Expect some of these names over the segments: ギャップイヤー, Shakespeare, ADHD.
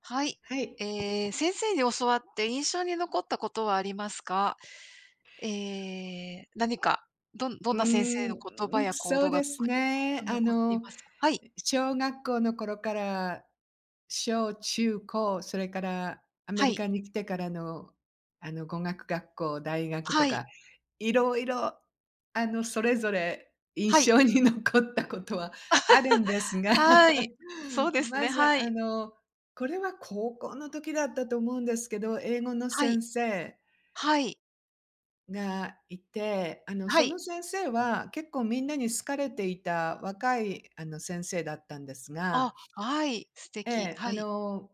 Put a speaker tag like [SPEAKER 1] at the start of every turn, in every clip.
[SPEAKER 1] はい。
[SPEAKER 2] はい。
[SPEAKER 1] え先生に教わって印象に残ったことはありますか？えー何か、どんど
[SPEAKER 2] う
[SPEAKER 1] ん
[SPEAKER 2] ー
[SPEAKER 1] な先生
[SPEAKER 2] ん、
[SPEAKER 1] の言葉や行
[SPEAKER 2] そう
[SPEAKER 1] 動が
[SPEAKER 2] で
[SPEAKER 1] 特
[SPEAKER 2] す
[SPEAKER 1] に
[SPEAKER 2] ね。
[SPEAKER 1] 心に残っていますか？はい、
[SPEAKER 2] 小学校の頃から、小中高、それからアメ
[SPEAKER 1] は
[SPEAKER 2] リ
[SPEAKER 1] い、
[SPEAKER 2] カに来てからの、語学学校、大学と
[SPEAKER 1] はい、
[SPEAKER 2] か、いろいろ、それぞれ
[SPEAKER 1] は
[SPEAKER 2] 印
[SPEAKER 1] い、
[SPEAKER 2] 象に残ったことはあるんですが、
[SPEAKER 1] はい。そうです
[SPEAKER 2] ま
[SPEAKER 1] ね、
[SPEAKER 2] ず、
[SPEAKER 1] はい、
[SPEAKER 2] これは高校の時だったと思うんですけど、英語の
[SPEAKER 1] はい、
[SPEAKER 2] 先生
[SPEAKER 1] はい、
[SPEAKER 2] がいて、
[SPEAKER 1] は
[SPEAKER 2] そ
[SPEAKER 1] い。
[SPEAKER 2] の先生は結構みんなに好かれていた若い、先生だったんですが、
[SPEAKER 1] あ、はい、素
[SPEAKER 2] え
[SPEAKER 1] 敵、
[SPEAKER 2] え、あ
[SPEAKER 1] はい。
[SPEAKER 2] の、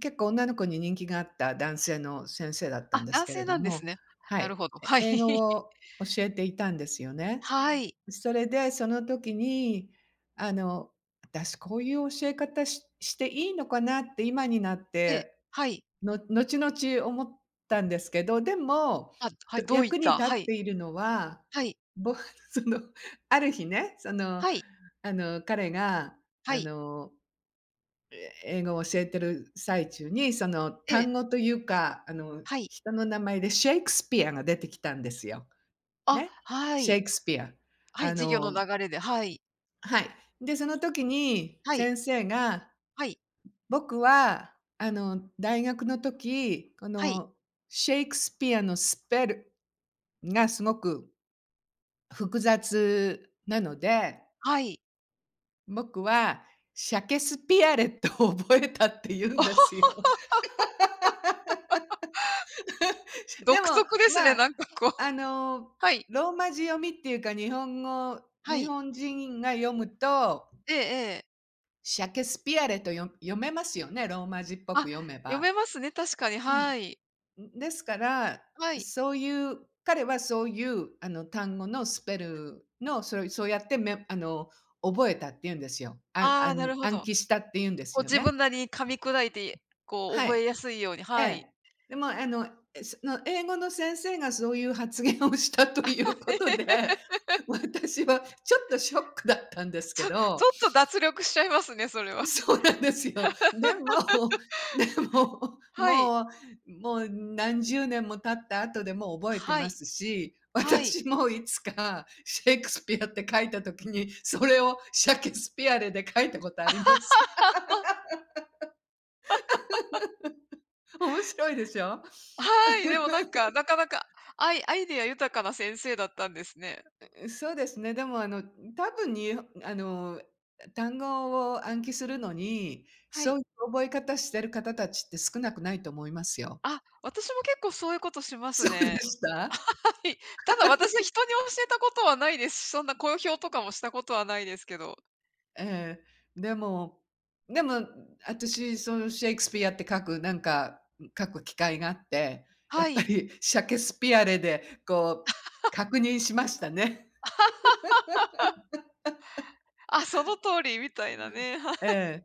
[SPEAKER 2] 結構女の子に人気があった男性の先生だったん
[SPEAKER 1] あ、
[SPEAKER 2] です
[SPEAKER 1] 男
[SPEAKER 2] けれ
[SPEAKER 1] 性
[SPEAKER 2] ど
[SPEAKER 1] なんです
[SPEAKER 2] も、
[SPEAKER 1] ね。
[SPEAKER 2] は
[SPEAKER 1] なる
[SPEAKER 2] い、
[SPEAKER 1] ほど、はい。
[SPEAKER 2] 英語を教えていたんですよ ね。
[SPEAKER 1] はい、
[SPEAKER 2] それでその時に、あの、私こういう教え方していいのかなって今になっ
[SPEAKER 1] ええ、
[SPEAKER 2] て
[SPEAKER 1] はい。
[SPEAKER 2] の後々思ったんですけど、でも、
[SPEAKER 1] あ、はい、どういっ
[SPEAKER 2] 役に
[SPEAKER 1] た
[SPEAKER 2] 立っ
[SPEAKER 1] はい、
[SPEAKER 2] ているのは、
[SPEAKER 1] はい、
[SPEAKER 2] ぼ その、ある日ね、
[SPEAKER 1] はい、
[SPEAKER 2] 彼が、
[SPEAKER 1] は
[SPEAKER 2] あ
[SPEAKER 1] い、
[SPEAKER 2] の、英語を教えてる最中に、
[SPEAKER 1] ええ、
[SPEAKER 2] 単語というか、
[SPEAKER 1] はい。
[SPEAKER 2] 人の名前でシェイクスピアが出てきたんですよ。
[SPEAKER 1] あ、
[SPEAKER 2] ね、
[SPEAKER 1] は
[SPEAKER 2] シェ
[SPEAKER 1] い。
[SPEAKER 2] イクスピア。
[SPEAKER 1] はい、
[SPEAKER 2] あ
[SPEAKER 1] 事業の
[SPEAKER 2] の
[SPEAKER 1] 流れで、はい。
[SPEAKER 2] はい。で、その時に
[SPEAKER 1] はい。
[SPEAKER 2] 先生が
[SPEAKER 1] はい。
[SPEAKER 2] 僕は、大学の時、
[SPEAKER 1] はい。
[SPEAKER 2] シェイクスピアのスペルがすごく複雑なので、
[SPEAKER 1] はい。
[SPEAKER 2] 僕はシャケスピアレットを覚えたって言うんです よ。で
[SPEAKER 1] 独
[SPEAKER 2] も、
[SPEAKER 1] 特です
[SPEAKER 2] ま
[SPEAKER 1] ね、
[SPEAKER 2] あ、
[SPEAKER 1] なんかこう。
[SPEAKER 2] あ の、
[SPEAKER 1] はい。
[SPEAKER 2] ローマ字読みっていうか、
[SPEAKER 1] は
[SPEAKER 2] 日
[SPEAKER 1] い。
[SPEAKER 2] 本人が読むと、
[SPEAKER 1] ええええ。
[SPEAKER 2] シャケスピアレと読めますよね、ローマ字っぽく
[SPEAKER 1] あ、
[SPEAKER 2] 読め
[SPEAKER 1] 読
[SPEAKER 2] ば。
[SPEAKER 1] めますね、確かに、
[SPEAKER 2] うん。
[SPEAKER 1] はい。
[SPEAKER 2] ですから、
[SPEAKER 1] はい。
[SPEAKER 2] そういう彼はそういう単語のスペルの、そうやって覚えたって言うんですよ。あ
[SPEAKER 1] あ
[SPEAKER 2] あ、
[SPEAKER 1] あ、なるほ
[SPEAKER 2] 暗
[SPEAKER 1] ど。
[SPEAKER 2] 記したって言うんです
[SPEAKER 1] こう
[SPEAKER 2] よ
[SPEAKER 1] 自
[SPEAKER 2] ね。
[SPEAKER 1] 分なりに噛み砕いて、こう
[SPEAKER 2] は
[SPEAKER 1] 覚
[SPEAKER 2] い。
[SPEAKER 1] えやすいように、
[SPEAKER 2] え
[SPEAKER 1] はい。
[SPEAKER 2] え。でもあの、その英語の先生がそういう発言をしたということで、私はちょっとショックだったんで すけ
[SPEAKER 1] ちょち
[SPEAKER 2] ど。
[SPEAKER 1] ょっと脱力しちゃいますね、それ は。
[SPEAKER 2] そうなんですよ。でも、でも、
[SPEAKER 1] はい。
[SPEAKER 2] もう何十年も経った後でも覚えて
[SPEAKER 1] は
[SPEAKER 2] ま
[SPEAKER 1] い。
[SPEAKER 2] すし、
[SPEAKER 1] はい。
[SPEAKER 2] 私もいつかシェイクスピアって書いた時に、それをシャケスピアレで書いたことあります。面白いでしょ？
[SPEAKER 1] はい、でもなんか、なかなか、アイデア豊かな先生だったんですね。
[SPEAKER 2] そうですね、でもあの、多分にあの、単語を暗記するのに、
[SPEAKER 1] は
[SPEAKER 2] そう
[SPEAKER 1] い。
[SPEAKER 2] いう覚え方してる方たちって少なくないと思いますよ。
[SPEAKER 1] あ、私も結構そういうことし ます
[SPEAKER 2] そうで
[SPEAKER 1] ね。
[SPEAKER 2] した？
[SPEAKER 1] はい、ただ私は人に教えたことはないですし、そんな公表とかもしたことはないですけど。
[SPEAKER 2] ええ、でもでも、私シェイクスピアって書く、書く機会があって、やっ
[SPEAKER 1] は
[SPEAKER 2] ぱ
[SPEAKER 1] い。
[SPEAKER 2] り シャケスピアレで、こう、確認しましたね。
[SPEAKER 1] あ、その通りみたいなね、はい。
[SPEAKER 2] ええ、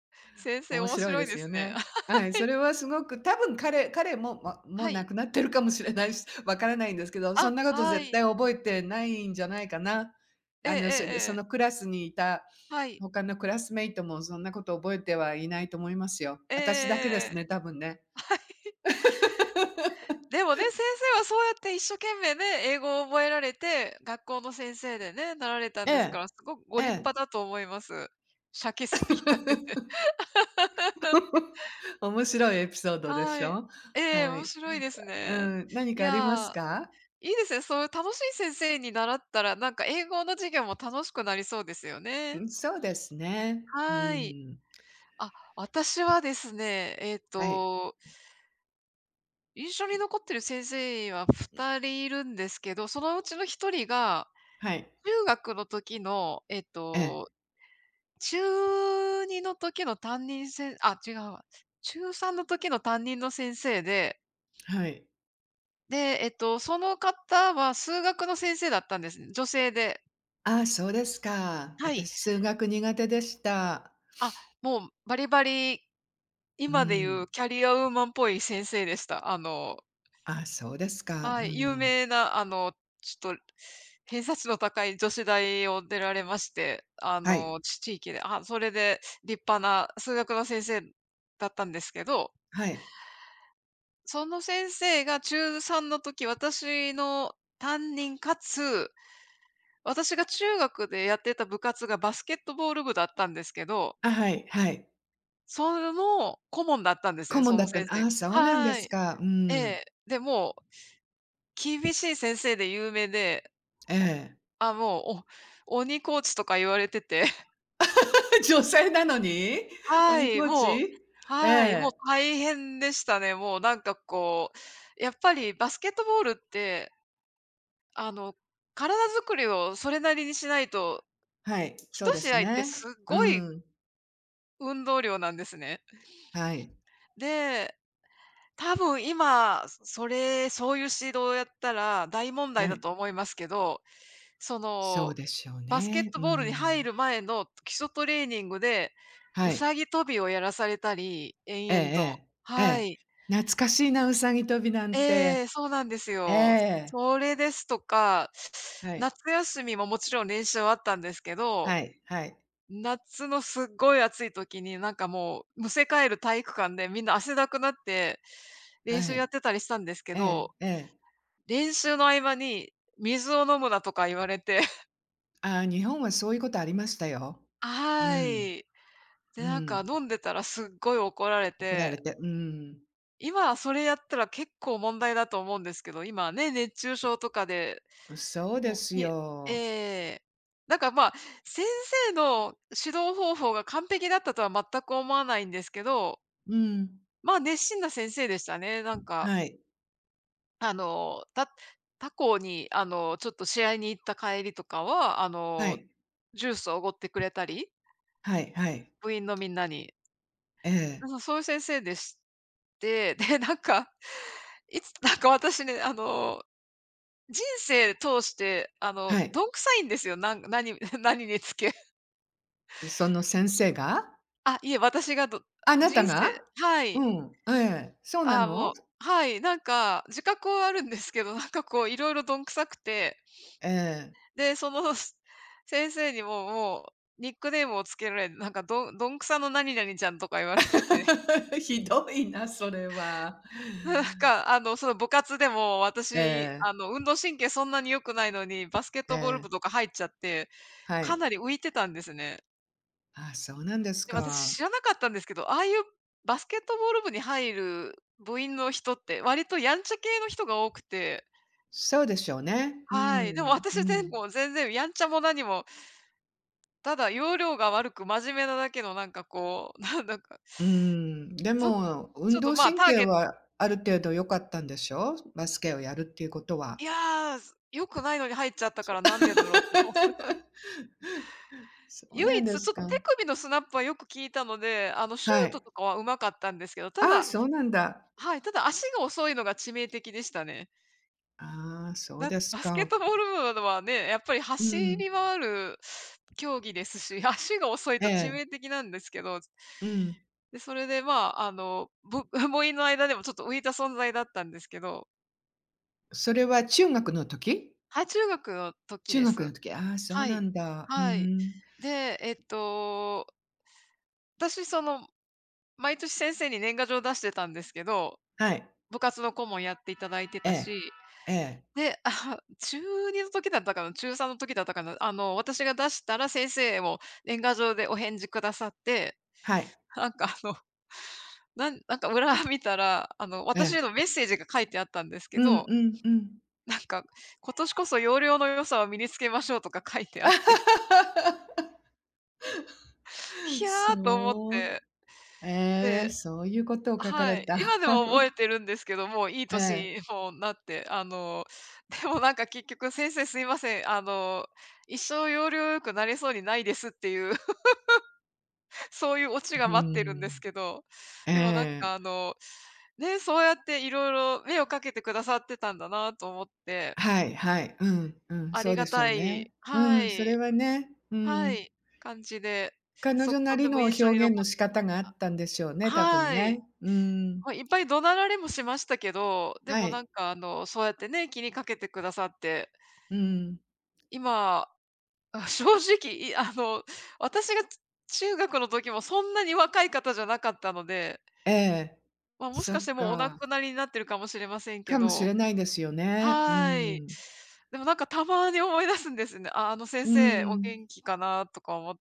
[SPEAKER 1] 先生
[SPEAKER 2] 面
[SPEAKER 1] 面
[SPEAKER 2] 白い
[SPEAKER 1] 白
[SPEAKER 2] で
[SPEAKER 1] いで
[SPEAKER 2] すよ
[SPEAKER 1] すね。
[SPEAKER 2] ね。はい、それはすごく、多分彼も、ま、もう
[SPEAKER 1] は
[SPEAKER 2] 亡
[SPEAKER 1] い。
[SPEAKER 2] くなってるかもしれないし、分からないんですけど、そ
[SPEAKER 1] あ、
[SPEAKER 2] んなこと
[SPEAKER 1] は
[SPEAKER 2] 絶対
[SPEAKER 1] い。
[SPEAKER 2] 覚えてないんじゃないかな。
[SPEAKER 1] ええええ
[SPEAKER 2] それで、そ
[SPEAKER 1] ええ。
[SPEAKER 2] のクラスにいた
[SPEAKER 1] はい。
[SPEAKER 2] 他のクラスメイトもそんなこと覚えてはいないと思いますよ。私だけで
[SPEAKER 1] ええ
[SPEAKER 2] すね、多分ね。
[SPEAKER 1] でもね、先生はそうやって一生懸命ね、英語を覚えられて、学校の先生でね、なられたん
[SPEAKER 2] え
[SPEAKER 1] ですか
[SPEAKER 2] え、
[SPEAKER 1] ら、すごくご
[SPEAKER 2] え
[SPEAKER 1] 立
[SPEAKER 2] え。
[SPEAKER 1] 派だと思います。シャケスピアで。
[SPEAKER 2] 面白いエピソードでし
[SPEAKER 1] はい。
[SPEAKER 2] ょ？
[SPEAKER 1] ええ、
[SPEAKER 2] は
[SPEAKER 1] 面
[SPEAKER 2] い。
[SPEAKER 1] 白いです
[SPEAKER 2] う
[SPEAKER 1] ね。
[SPEAKER 2] ん、何
[SPEAKER 1] い
[SPEAKER 2] かありま
[SPEAKER 1] や
[SPEAKER 2] すか？
[SPEAKER 1] ー、いいですね。そういう楽しい先生に習ったら、なんか英語の授業も楽しくなりそうですよ
[SPEAKER 2] う
[SPEAKER 1] ね。
[SPEAKER 2] ん、そうですね。う
[SPEAKER 1] はい。
[SPEAKER 2] ん。
[SPEAKER 1] あ、私はですね、
[SPEAKER 2] はい、
[SPEAKER 1] 印象に残ってる先生は2人いるんですけど、そのうちの1人が、
[SPEAKER 2] はい。
[SPEAKER 1] 中学の時の、
[SPEAKER 2] ええ、
[SPEAKER 1] 中2の時の担任あ、違うわ。中3の時の担任の先生で、
[SPEAKER 2] はい。
[SPEAKER 1] で、えっと、その方は数学の先生だったんですね。女性で。
[SPEAKER 2] ああ、そうですか。
[SPEAKER 1] はい。
[SPEAKER 2] 私数学苦手でした。
[SPEAKER 1] あ、もうバリバリ
[SPEAKER 2] う
[SPEAKER 1] 今で
[SPEAKER 2] ー
[SPEAKER 1] 言
[SPEAKER 2] ん。
[SPEAKER 1] うキャリアウーマンっぽい先生でした。
[SPEAKER 2] ああ、そうですか。う
[SPEAKER 1] はい、有
[SPEAKER 2] ん。
[SPEAKER 1] 名なあの、ちょっと偏差値の高い女子大を出られまして、
[SPEAKER 2] はい、
[SPEAKER 1] 地域で、あ、それで立派な数学の先生だったんですけど、
[SPEAKER 2] はい。
[SPEAKER 1] その先生が中3の時、私の担任かつ、私が中学でやってた部活がバスケットボール部だったんですけど、
[SPEAKER 2] あ、はい、はい。
[SPEAKER 1] その顧問だったんです
[SPEAKER 2] 顧
[SPEAKER 1] ね、
[SPEAKER 2] 問
[SPEAKER 1] そ
[SPEAKER 2] だ
[SPEAKER 1] の
[SPEAKER 2] ったの、
[SPEAKER 1] 先
[SPEAKER 2] あ
[SPEAKER 1] 生。
[SPEAKER 2] あ、そうなんで
[SPEAKER 1] は
[SPEAKER 2] す
[SPEAKER 1] い。
[SPEAKER 2] か。うー
[SPEAKER 1] え
[SPEAKER 2] ん。
[SPEAKER 1] え。で、も厳しい先生で有名で、
[SPEAKER 2] ええ。
[SPEAKER 1] あ、もう、鬼コーチとか言われてて、
[SPEAKER 2] 女性なのに？
[SPEAKER 1] は
[SPEAKER 2] 鬼
[SPEAKER 1] い、
[SPEAKER 2] コー
[SPEAKER 1] もう、
[SPEAKER 2] チ？
[SPEAKER 1] はい、も
[SPEAKER 2] え
[SPEAKER 1] う
[SPEAKER 2] え、
[SPEAKER 1] 大変でしたね。もうなんかこう、やっぱりバスケットボールって、あの、体作りをそれなりにしないと、
[SPEAKER 2] はい、そう
[SPEAKER 1] 一
[SPEAKER 2] で
[SPEAKER 1] 試
[SPEAKER 2] す
[SPEAKER 1] 合って
[SPEAKER 2] ね。
[SPEAKER 1] す
[SPEAKER 2] う
[SPEAKER 1] ごい
[SPEAKER 2] ん、
[SPEAKER 1] 運動量なんですね。
[SPEAKER 2] はい、
[SPEAKER 1] で、多分今、そういう指導をやったら大問
[SPEAKER 2] は
[SPEAKER 1] 題だ
[SPEAKER 2] い。
[SPEAKER 1] と思いますけど、そ
[SPEAKER 2] そう
[SPEAKER 1] の、
[SPEAKER 2] でしょう
[SPEAKER 1] バスケッ
[SPEAKER 2] ね。う
[SPEAKER 1] ト
[SPEAKER 2] ー
[SPEAKER 1] ボールに入
[SPEAKER 2] ん。
[SPEAKER 1] る前の基礎トレーニングで、
[SPEAKER 2] は
[SPEAKER 1] う
[SPEAKER 2] い。
[SPEAKER 1] さぎ跳びをやらされたり、
[SPEAKER 2] え
[SPEAKER 1] 延々と。
[SPEAKER 2] えええ、え
[SPEAKER 1] は
[SPEAKER 2] え。
[SPEAKER 1] い。
[SPEAKER 2] 懐かしいな、うさぎ跳びなん
[SPEAKER 1] え
[SPEAKER 2] て。
[SPEAKER 1] え、そうなんです
[SPEAKER 2] え
[SPEAKER 1] よ。
[SPEAKER 2] え、
[SPEAKER 1] それですとか、
[SPEAKER 2] はい、
[SPEAKER 1] 夏休みももちろん練習はあったんですけ
[SPEAKER 2] は
[SPEAKER 1] ど、
[SPEAKER 2] い、はい、
[SPEAKER 1] 夏のすっごい暑い時に、なんかもう、むせ返る体育館でみんな汗だくなって練
[SPEAKER 2] は
[SPEAKER 1] 習や
[SPEAKER 2] い。
[SPEAKER 1] ってたりしたんですけ
[SPEAKER 2] え
[SPEAKER 1] ど、
[SPEAKER 2] え、ええ。
[SPEAKER 1] 練習の合間に「水を飲むな」とか言われて
[SPEAKER 2] ああ、日本はそういうことありましたよ。う
[SPEAKER 1] は
[SPEAKER 2] ん、
[SPEAKER 1] い。で、
[SPEAKER 2] う
[SPEAKER 1] なん
[SPEAKER 2] ん。
[SPEAKER 1] か飲んでたらすっごい怒られ
[SPEAKER 2] 怒ら
[SPEAKER 1] て、
[SPEAKER 2] れて、うん。
[SPEAKER 1] 今はそれやったら結構問題だと思うんですけど、今はね、熱中症とかで、
[SPEAKER 2] そうで
[SPEAKER 1] もう
[SPEAKER 2] す
[SPEAKER 1] え
[SPEAKER 2] よ。
[SPEAKER 1] え。なんか、まあ、先生の指導方法が完璧だったとは全く思わないんですけど、
[SPEAKER 2] うん。
[SPEAKER 1] ま、熱心な先生でしたね。なんか、
[SPEAKER 2] はい、
[SPEAKER 1] あの、た他校に、ちょっと試合に行った帰りとかは、
[SPEAKER 2] はい、
[SPEAKER 1] ジュースをおごってくれたり、
[SPEAKER 2] はい、はい。
[SPEAKER 1] 部員のみんなに。
[SPEAKER 2] ええ。
[SPEAKER 1] うん、そういう先生でして、で、なんか、いつなんか私ね、人生通して、
[SPEAKER 2] はい。
[SPEAKER 1] どんくさいんですよ、何 何につけ、
[SPEAKER 2] その先生が？
[SPEAKER 1] あ、いえ、私が
[SPEAKER 2] あなた
[SPEAKER 1] 人生、
[SPEAKER 2] が？
[SPEAKER 1] は
[SPEAKER 2] う
[SPEAKER 1] い。
[SPEAKER 2] ん、ええ、そうな
[SPEAKER 1] あ、
[SPEAKER 2] の？
[SPEAKER 1] もう、はい、なんか自覚はあるんですけど、なんかこういろいろどんくさくて、
[SPEAKER 2] ええ。
[SPEAKER 1] で、その、先生にも、もうニックネームをつけられ、なんかどんくさの何々ちゃんとか言われてて。
[SPEAKER 2] ひどいな、それは。
[SPEAKER 1] なんか、その部活でも
[SPEAKER 2] え
[SPEAKER 1] 私、
[SPEAKER 2] え、
[SPEAKER 1] 運動神経そんなに良くないのに、バスケッ
[SPEAKER 2] え
[SPEAKER 1] トボール
[SPEAKER 2] え、
[SPEAKER 1] 部とか入っちゃって、
[SPEAKER 2] は
[SPEAKER 1] か
[SPEAKER 2] い。
[SPEAKER 1] なり浮いてたんですね。
[SPEAKER 2] あ、そうなんです
[SPEAKER 1] で、私
[SPEAKER 2] か。
[SPEAKER 1] 知らなかったんですけど、ああいうバスケットボール部に入る部員の人って割とやんちゃ系の人が多くて、
[SPEAKER 2] そうでしょうね。う
[SPEAKER 1] はい。でも
[SPEAKER 2] ん、う
[SPEAKER 1] 私で
[SPEAKER 2] ん。
[SPEAKER 1] も全然やんちゃも何も、ただ要領が悪く真面目なだけのなんかこう、なんだか、
[SPEAKER 2] うん、で
[SPEAKER 1] そ
[SPEAKER 2] も、
[SPEAKER 1] ちょ
[SPEAKER 2] 運
[SPEAKER 1] っと
[SPEAKER 2] 動
[SPEAKER 1] まあ、
[SPEAKER 2] 神
[SPEAKER 1] ター
[SPEAKER 2] 経
[SPEAKER 1] ゲット
[SPEAKER 2] はある程度良かったんでしょ？バスケをやるっていうことは。
[SPEAKER 1] いやー、良くないのに入っちゃったか
[SPEAKER 2] そ
[SPEAKER 1] らなんでだろうって 思ってた。
[SPEAKER 2] そう
[SPEAKER 1] 唯
[SPEAKER 2] なん
[SPEAKER 1] 一、
[SPEAKER 2] で
[SPEAKER 1] ちょっ
[SPEAKER 2] す
[SPEAKER 1] と
[SPEAKER 2] か。
[SPEAKER 1] 手首のスナップはよく効いたので、シ
[SPEAKER 2] は
[SPEAKER 1] ュート
[SPEAKER 2] い。
[SPEAKER 1] とかは上手かったんですけど、た
[SPEAKER 2] ああ、
[SPEAKER 1] だ、
[SPEAKER 2] そうなんだ。
[SPEAKER 1] はい、ただ足が遅いのが致命的でしたね。
[SPEAKER 2] ああ、そうです
[SPEAKER 1] バスケッ
[SPEAKER 2] か。
[SPEAKER 1] トボール部はね、やっぱり
[SPEAKER 2] う
[SPEAKER 1] 走
[SPEAKER 2] ん。
[SPEAKER 1] り回る競技ですし、足が遅い
[SPEAKER 2] え
[SPEAKER 1] と致
[SPEAKER 2] え、
[SPEAKER 1] 命的なんですけど。
[SPEAKER 2] うん。
[SPEAKER 1] で、それで、まあ、部員 の間でもちょっと浮いた存在だったんですけど、
[SPEAKER 2] それは中学の時？
[SPEAKER 1] はい、中学の時
[SPEAKER 2] 中
[SPEAKER 1] です。
[SPEAKER 2] 学の時、ああ、そう
[SPEAKER 1] は
[SPEAKER 2] な
[SPEAKER 1] い。
[SPEAKER 2] んだ。うー
[SPEAKER 1] はい。
[SPEAKER 2] ん。
[SPEAKER 1] で、私、その毎年先生に年賀状出してたんですけど、
[SPEAKER 2] はい。
[SPEAKER 1] 部活の顧問やっていただいて
[SPEAKER 2] え
[SPEAKER 1] た
[SPEAKER 2] え。
[SPEAKER 1] し、
[SPEAKER 2] ええ。
[SPEAKER 1] で、あ、中二の時だったかな、中三の時だったかな、私が出したら先生も年賀状でお返事くださって、
[SPEAKER 2] はい。
[SPEAKER 1] なんかあの、なんか裏見たら、
[SPEAKER 2] え
[SPEAKER 1] 私へ
[SPEAKER 2] え。
[SPEAKER 1] のメッセージが書いてあったんですけ
[SPEAKER 2] うん
[SPEAKER 1] ど、
[SPEAKER 2] うんうん。
[SPEAKER 1] なんか「今年こそ要領の良さを身につけましょう」とか書いてあって、ひやと思っ
[SPEAKER 2] そう。
[SPEAKER 1] て、
[SPEAKER 2] ええ、
[SPEAKER 1] で、
[SPEAKER 2] そういうことを書か
[SPEAKER 1] は
[SPEAKER 2] れ
[SPEAKER 1] い。
[SPEAKER 2] た。
[SPEAKER 1] 今でも覚えてるんですけど、もういい
[SPEAKER 2] ええ。
[SPEAKER 1] 年もなって、でもなんか結局「先生すいません、あの、一生要領よくなれそうにないです」っていう、そういうオチが
[SPEAKER 2] う
[SPEAKER 1] 待ってるんです
[SPEAKER 2] ん。
[SPEAKER 1] けど、
[SPEAKER 2] え
[SPEAKER 1] でもなん
[SPEAKER 2] え。
[SPEAKER 1] かね、そうやっていろいろ目をかけてくださってたんだなと思って、
[SPEAKER 2] はいはい。うん、うん、
[SPEAKER 1] あ
[SPEAKER 2] そ
[SPEAKER 1] り
[SPEAKER 2] うで
[SPEAKER 1] が
[SPEAKER 2] しょう
[SPEAKER 1] た
[SPEAKER 2] ね。
[SPEAKER 1] い、
[SPEAKER 2] う
[SPEAKER 1] は
[SPEAKER 2] ん、それ
[SPEAKER 1] い、
[SPEAKER 2] はね、う
[SPEAKER 1] は
[SPEAKER 2] ん。
[SPEAKER 1] い、感じで、
[SPEAKER 2] 彼女な
[SPEAKER 1] とて
[SPEAKER 2] り
[SPEAKER 1] も
[SPEAKER 2] の
[SPEAKER 1] 印
[SPEAKER 2] 表
[SPEAKER 1] 象に
[SPEAKER 2] 現の仕方があったんでしょうね、多分
[SPEAKER 1] はい。
[SPEAKER 2] ね。うん。
[SPEAKER 1] まあ、いっぱい怒鳴られもしましたけど、で
[SPEAKER 2] は
[SPEAKER 1] もな
[SPEAKER 2] い。
[SPEAKER 1] んかそうやってね、気にかけてくださって、
[SPEAKER 2] うん。
[SPEAKER 1] 今、あ、正直、いあの、私が中学の時もそんなに若い方じゃなかったので、
[SPEAKER 2] ええ。
[SPEAKER 1] まあ、もし
[SPEAKER 2] そっ
[SPEAKER 1] かしてもうお亡
[SPEAKER 2] か。
[SPEAKER 1] くなりになってるかもしれません
[SPEAKER 2] か
[SPEAKER 1] け
[SPEAKER 2] もし
[SPEAKER 1] ど、
[SPEAKER 2] れないですよね。う
[SPEAKER 1] はい。
[SPEAKER 2] ん。
[SPEAKER 1] でもなんかたまに思い出すんですね。あ、あの先
[SPEAKER 2] う
[SPEAKER 1] 生お
[SPEAKER 2] ん。
[SPEAKER 1] 元気かなとか思って、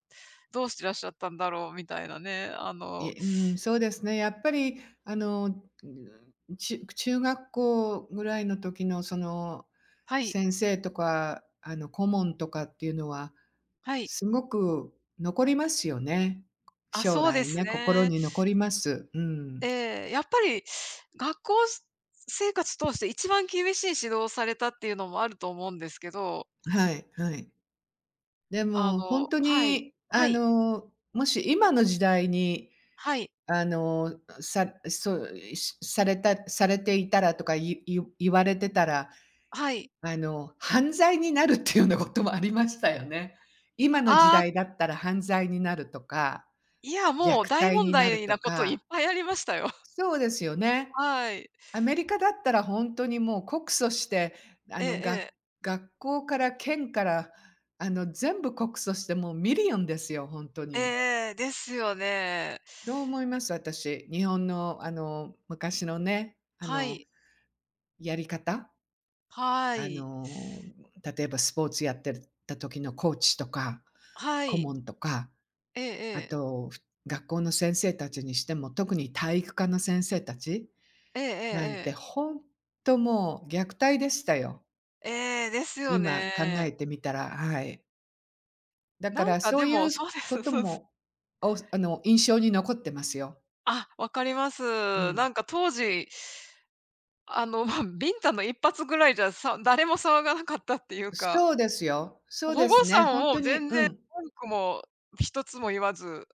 [SPEAKER 1] どうしてらっしゃったんだろうみたいなね、
[SPEAKER 2] いえ、うん、そうですね。やっぱりあの、うん、中学校ぐらいの時のその、
[SPEAKER 1] はい、
[SPEAKER 2] 先生とか、顧問とかっていうのは、
[SPEAKER 1] はい。
[SPEAKER 2] すごく残りますよね。
[SPEAKER 1] あ、
[SPEAKER 2] 将
[SPEAKER 1] そうで
[SPEAKER 2] 来
[SPEAKER 1] す
[SPEAKER 2] ね、心
[SPEAKER 1] ね。
[SPEAKER 2] に残ります。うん。
[SPEAKER 1] ええ、やっぱり学校生活通して一番厳しい指導をされたっていうのもあると思うんですけど、
[SPEAKER 2] はいはい。でも本当
[SPEAKER 1] はい、
[SPEAKER 2] に
[SPEAKER 1] は
[SPEAKER 2] あ
[SPEAKER 1] い、
[SPEAKER 2] の、もし今の時代に
[SPEAKER 1] はい、
[SPEAKER 2] そうしされたされていたらとか、言われてたら、
[SPEAKER 1] はい。
[SPEAKER 2] 犯罪になるっていうようなこともありましたよね。今の時
[SPEAKER 1] ああ、
[SPEAKER 2] 代だったら犯罪になるとか、
[SPEAKER 1] いや、
[SPEAKER 2] 虐
[SPEAKER 1] もう大
[SPEAKER 2] 待
[SPEAKER 1] 問
[SPEAKER 2] になる
[SPEAKER 1] 題
[SPEAKER 2] と
[SPEAKER 1] なこといっ
[SPEAKER 2] か。
[SPEAKER 1] ぱいありましたよ。
[SPEAKER 2] そうですよね。
[SPEAKER 1] はい。
[SPEAKER 2] アメリカだったらほんとにもう告訴して、あ
[SPEAKER 1] ええ
[SPEAKER 2] の、
[SPEAKER 1] え
[SPEAKER 2] が
[SPEAKER 1] え。
[SPEAKER 2] 学校から県から、全部告訴してもうミリオンですよ、ほんとに。
[SPEAKER 1] ええ、ですよね。
[SPEAKER 2] そう思います、私。日本のあの、昔のね、
[SPEAKER 1] はい、
[SPEAKER 2] やり方、
[SPEAKER 1] は
[SPEAKER 2] あ
[SPEAKER 1] い、
[SPEAKER 2] の、例えばスポーツやってた時のコーチとか、
[SPEAKER 1] は
[SPEAKER 2] 顧
[SPEAKER 1] い。
[SPEAKER 2] 問とか、
[SPEAKER 1] えええ
[SPEAKER 2] あ
[SPEAKER 1] え。
[SPEAKER 2] と、学校の先生たちにしても、特に体育科の先生たち
[SPEAKER 1] ええええ
[SPEAKER 2] なん
[SPEAKER 1] え
[SPEAKER 2] て、
[SPEAKER 1] え。
[SPEAKER 2] 本当もう虐待でしたよ。
[SPEAKER 1] ええ、ですよ
[SPEAKER 2] 今考え
[SPEAKER 1] ね。
[SPEAKER 2] てみたら、はい。だか
[SPEAKER 1] なん
[SPEAKER 2] ら
[SPEAKER 1] か
[SPEAKER 2] そ
[SPEAKER 1] で
[SPEAKER 2] うい
[SPEAKER 1] も
[SPEAKER 2] う
[SPEAKER 1] そうで
[SPEAKER 2] こ
[SPEAKER 1] す、
[SPEAKER 2] と
[SPEAKER 1] そうです。
[SPEAKER 2] も、印象に残ってますよ。
[SPEAKER 1] あ、わかりま
[SPEAKER 2] う
[SPEAKER 1] す。
[SPEAKER 2] ん。
[SPEAKER 1] なんか当時まあ、ビンタの一発ぐらいじゃ、誰も騒がなかったっていうか、
[SPEAKER 2] そうですよ。そう
[SPEAKER 1] 保
[SPEAKER 2] で
[SPEAKER 1] 護
[SPEAKER 2] す
[SPEAKER 1] 者
[SPEAKER 2] ね、
[SPEAKER 1] も
[SPEAKER 2] 本
[SPEAKER 1] も
[SPEAKER 2] 当
[SPEAKER 1] う
[SPEAKER 2] に、
[SPEAKER 1] 全
[SPEAKER 2] う
[SPEAKER 1] 然
[SPEAKER 2] ん、
[SPEAKER 1] 文句も一つも言わず、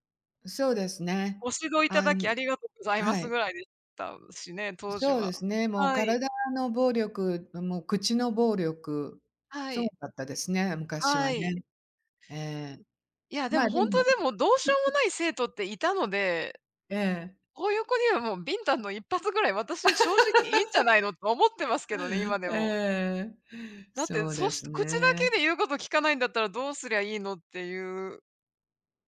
[SPEAKER 2] そうですね。
[SPEAKER 1] ご指導いた
[SPEAKER 2] あ
[SPEAKER 1] だきあ
[SPEAKER 2] ん
[SPEAKER 1] りがとうございま
[SPEAKER 2] は
[SPEAKER 1] す
[SPEAKER 2] い。
[SPEAKER 1] ぐらいでしたしね、当時
[SPEAKER 2] そうで
[SPEAKER 1] は。
[SPEAKER 2] すね、もう
[SPEAKER 1] はい。
[SPEAKER 2] 体の暴力、もう口の暴力、
[SPEAKER 1] は
[SPEAKER 2] すご
[SPEAKER 1] い。
[SPEAKER 2] かったですね、昔は
[SPEAKER 1] はい。
[SPEAKER 2] ね。ええ。
[SPEAKER 1] いや、で
[SPEAKER 2] ま
[SPEAKER 1] も
[SPEAKER 2] あ、で
[SPEAKER 1] 本
[SPEAKER 2] も
[SPEAKER 1] 当でもどうしようもない生徒っていたので、
[SPEAKER 2] ええ。
[SPEAKER 1] こういう子にはもうビンタの一発ぐらい私正直いいんじゃないのと思ってますけどね、今でも。
[SPEAKER 2] ええ。
[SPEAKER 1] だって、
[SPEAKER 2] そうです
[SPEAKER 1] 口だ
[SPEAKER 2] ね。
[SPEAKER 1] けで言うこと聞かないんだったらどうすりゃいいのっていう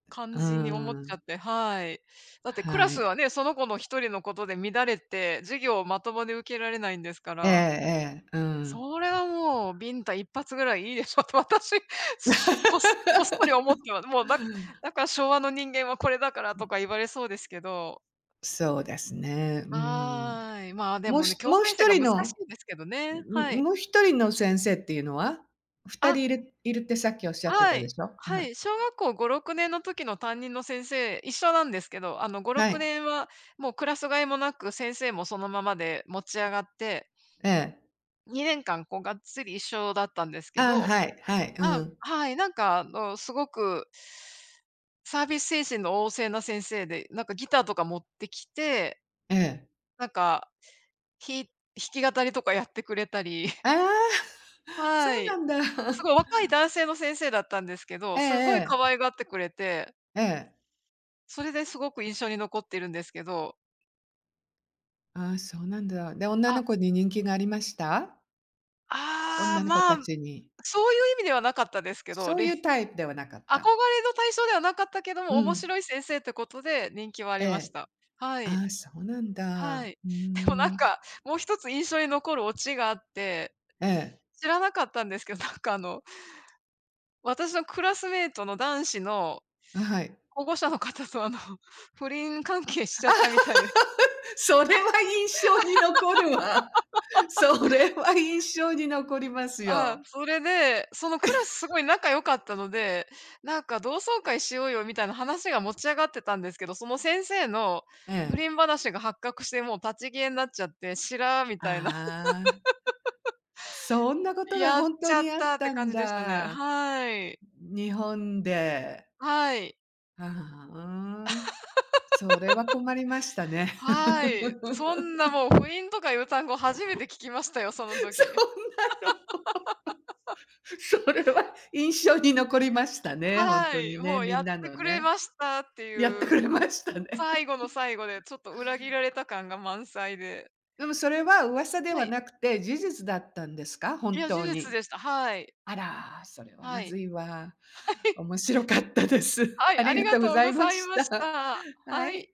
[SPEAKER 1] 感
[SPEAKER 2] うー
[SPEAKER 1] じに思っちゃ
[SPEAKER 2] ん。
[SPEAKER 1] って、はい。だってクラ
[SPEAKER 2] は
[SPEAKER 1] ス
[SPEAKER 2] い。
[SPEAKER 1] はね、その子の一人のことで乱れて、授業をまともに受けられないんですか
[SPEAKER 2] ええ
[SPEAKER 1] ら、
[SPEAKER 2] ええ、うん。
[SPEAKER 1] それはもうビンタ一発ぐらいいいでしょと私、し こっそこっそり思 っては、もうだから昭和の人間はこれだからとか言われそうですけど。
[SPEAKER 2] そうですね、うん。
[SPEAKER 1] はーい。まあ、で
[SPEAKER 2] もう
[SPEAKER 1] も
[SPEAKER 2] ひ
[SPEAKER 1] ね、境
[SPEAKER 2] もう
[SPEAKER 1] 界
[SPEAKER 2] 一
[SPEAKER 1] 線が
[SPEAKER 2] 人
[SPEAKER 1] 難
[SPEAKER 2] の
[SPEAKER 1] しいんですけどね、は
[SPEAKER 2] ん
[SPEAKER 1] い。
[SPEAKER 2] もう一人の先生っていうのは二
[SPEAKER 1] あ
[SPEAKER 2] 人いるってさっきおっしゃって
[SPEAKER 1] は
[SPEAKER 2] たで
[SPEAKER 1] い。
[SPEAKER 2] しょ？
[SPEAKER 1] は
[SPEAKER 2] は
[SPEAKER 1] い、
[SPEAKER 2] い
[SPEAKER 1] 小学校5、6年の時の担任の先生、一緒なんですけど、5、
[SPEAKER 2] は
[SPEAKER 1] 6
[SPEAKER 2] い。
[SPEAKER 1] 年はもうクラス替えもなく、先生もそのままで持ち上がって、
[SPEAKER 2] ええ。
[SPEAKER 1] 2年間こうがっつり一緒だったんですけ
[SPEAKER 2] ああ、
[SPEAKER 1] ど、
[SPEAKER 2] はい、はい、う
[SPEAKER 1] あ、
[SPEAKER 2] ん。
[SPEAKER 1] はい、なんかすごくサービス精神の旺盛な先生で、なんかギターとか持ってきて、
[SPEAKER 2] ええ。
[SPEAKER 1] なんか、ひ弾き語りとかやってくれたり、
[SPEAKER 2] ああ、そ
[SPEAKER 1] は
[SPEAKER 2] うな
[SPEAKER 1] い。
[SPEAKER 2] んだ。
[SPEAKER 1] すご い若い男性の先生だったんですけ
[SPEAKER 2] え
[SPEAKER 1] ど、
[SPEAKER 2] え
[SPEAKER 1] すごい
[SPEAKER 2] え
[SPEAKER 1] 可
[SPEAKER 2] え。
[SPEAKER 1] 愛がってくれて、
[SPEAKER 2] ええ。
[SPEAKER 1] それですごく印象に残ってるんですけど、
[SPEAKER 2] ああ、そうなんだ。で、女の
[SPEAKER 1] あ、
[SPEAKER 2] 子に人気がありました？
[SPEAKER 1] ああ、
[SPEAKER 2] 女の子
[SPEAKER 1] ま
[SPEAKER 2] た
[SPEAKER 1] あ、
[SPEAKER 2] ちに。
[SPEAKER 1] そういう意味ではなかったですけど、
[SPEAKER 2] そうい うタイプではなかっ
[SPEAKER 1] 憧
[SPEAKER 2] た。
[SPEAKER 1] れの対象ではなかったけど
[SPEAKER 2] う
[SPEAKER 1] も、面
[SPEAKER 2] ん。
[SPEAKER 1] 白い先生ってことで人気はあ
[SPEAKER 2] え
[SPEAKER 1] りまし
[SPEAKER 2] え。
[SPEAKER 1] た。はい、
[SPEAKER 2] ああ、そうなん
[SPEAKER 1] は
[SPEAKER 2] だ。
[SPEAKER 1] い。
[SPEAKER 2] うー
[SPEAKER 1] でもなん
[SPEAKER 2] ん。
[SPEAKER 1] か、もう一つ印象に残るオチがあって、
[SPEAKER 2] ええ。
[SPEAKER 1] 知らなかったんですけど、なんか私のクラスメイトの男子の
[SPEAKER 2] あ、はい。
[SPEAKER 1] 保護者の方と不倫関係しち
[SPEAKER 2] あ
[SPEAKER 1] ゃった
[SPEAKER 2] あ、
[SPEAKER 1] みたいで。
[SPEAKER 2] それは印象に残るわ。それは印象に残りますよ。
[SPEAKER 1] それで、そのクラスすごい仲良かったので、なんか同窓会しようよみたいな話が持ち上がってたんですけど、その先生の
[SPEAKER 2] え
[SPEAKER 1] 不
[SPEAKER 2] え。
[SPEAKER 1] 倫話が発覚して、もう立ち消えになっちゃって、しらみたいな。
[SPEAKER 2] ああ、そんなことが
[SPEAKER 1] やっ
[SPEAKER 2] 本当
[SPEAKER 1] ちゃっ
[SPEAKER 2] にあっ
[SPEAKER 1] たって
[SPEAKER 2] た
[SPEAKER 1] 感
[SPEAKER 2] ん
[SPEAKER 1] じでしたね。
[SPEAKER 2] だ。
[SPEAKER 1] はい。
[SPEAKER 2] 日本で、
[SPEAKER 1] はい。
[SPEAKER 2] ああ、それは困りましたね。
[SPEAKER 1] はい。そん なもう不倫とかいう単語初めて聞きましたよ、その時。
[SPEAKER 2] そんなの、それは印象に残りましたね、本
[SPEAKER 1] は
[SPEAKER 2] 当
[SPEAKER 1] い、
[SPEAKER 2] にね、
[SPEAKER 1] もう
[SPEAKER 2] み
[SPEAKER 1] や
[SPEAKER 2] ん
[SPEAKER 1] っ
[SPEAKER 2] な
[SPEAKER 1] て
[SPEAKER 2] の
[SPEAKER 1] くれ
[SPEAKER 2] ね、
[SPEAKER 1] ましたって
[SPEAKER 2] やって
[SPEAKER 1] いう、
[SPEAKER 2] くれましたね。
[SPEAKER 1] 最後の最後でちょっと裏切られた感が満載で。
[SPEAKER 2] でもそれは噂で
[SPEAKER 1] は
[SPEAKER 2] は
[SPEAKER 1] い。
[SPEAKER 2] なくて、事実だったんですか？
[SPEAKER 1] い
[SPEAKER 2] 本
[SPEAKER 1] や、事
[SPEAKER 2] 当
[SPEAKER 1] 実
[SPEAKER 2] に。
[SPEAKER 1] でした。はい。
[SPEAKER 2] あら、それはま
[SPEAKER 1] は
[SPEAKER 2] ず
[SPEAKER 1] い。
[SPEAKER 2] いわ。面白かったです。
[SPEAKER 1] は
[SPEAKER 2] あ
[SPEAKER 1] い、あ
[SPEAKER 2] り
[SPEAKER 1] り
[SPEAKER 2] が
[SPEAKER 1] が
[SPEAKER 2] とうご
[SPEAKER 1] とう
[SPEAKER 2] ざい
[SPEAKER 1] ご
[SPEAKER 2] ま
[SPEAKER 1] ざい
[SPEAKER 2] し
[SPEAKER 1] まし
[SPEAKER 2] た。
[SPEAKER 1] た。
[SPEAKER 2] は
[SPEAKER 1] はい。
[SPEAKER 2] い。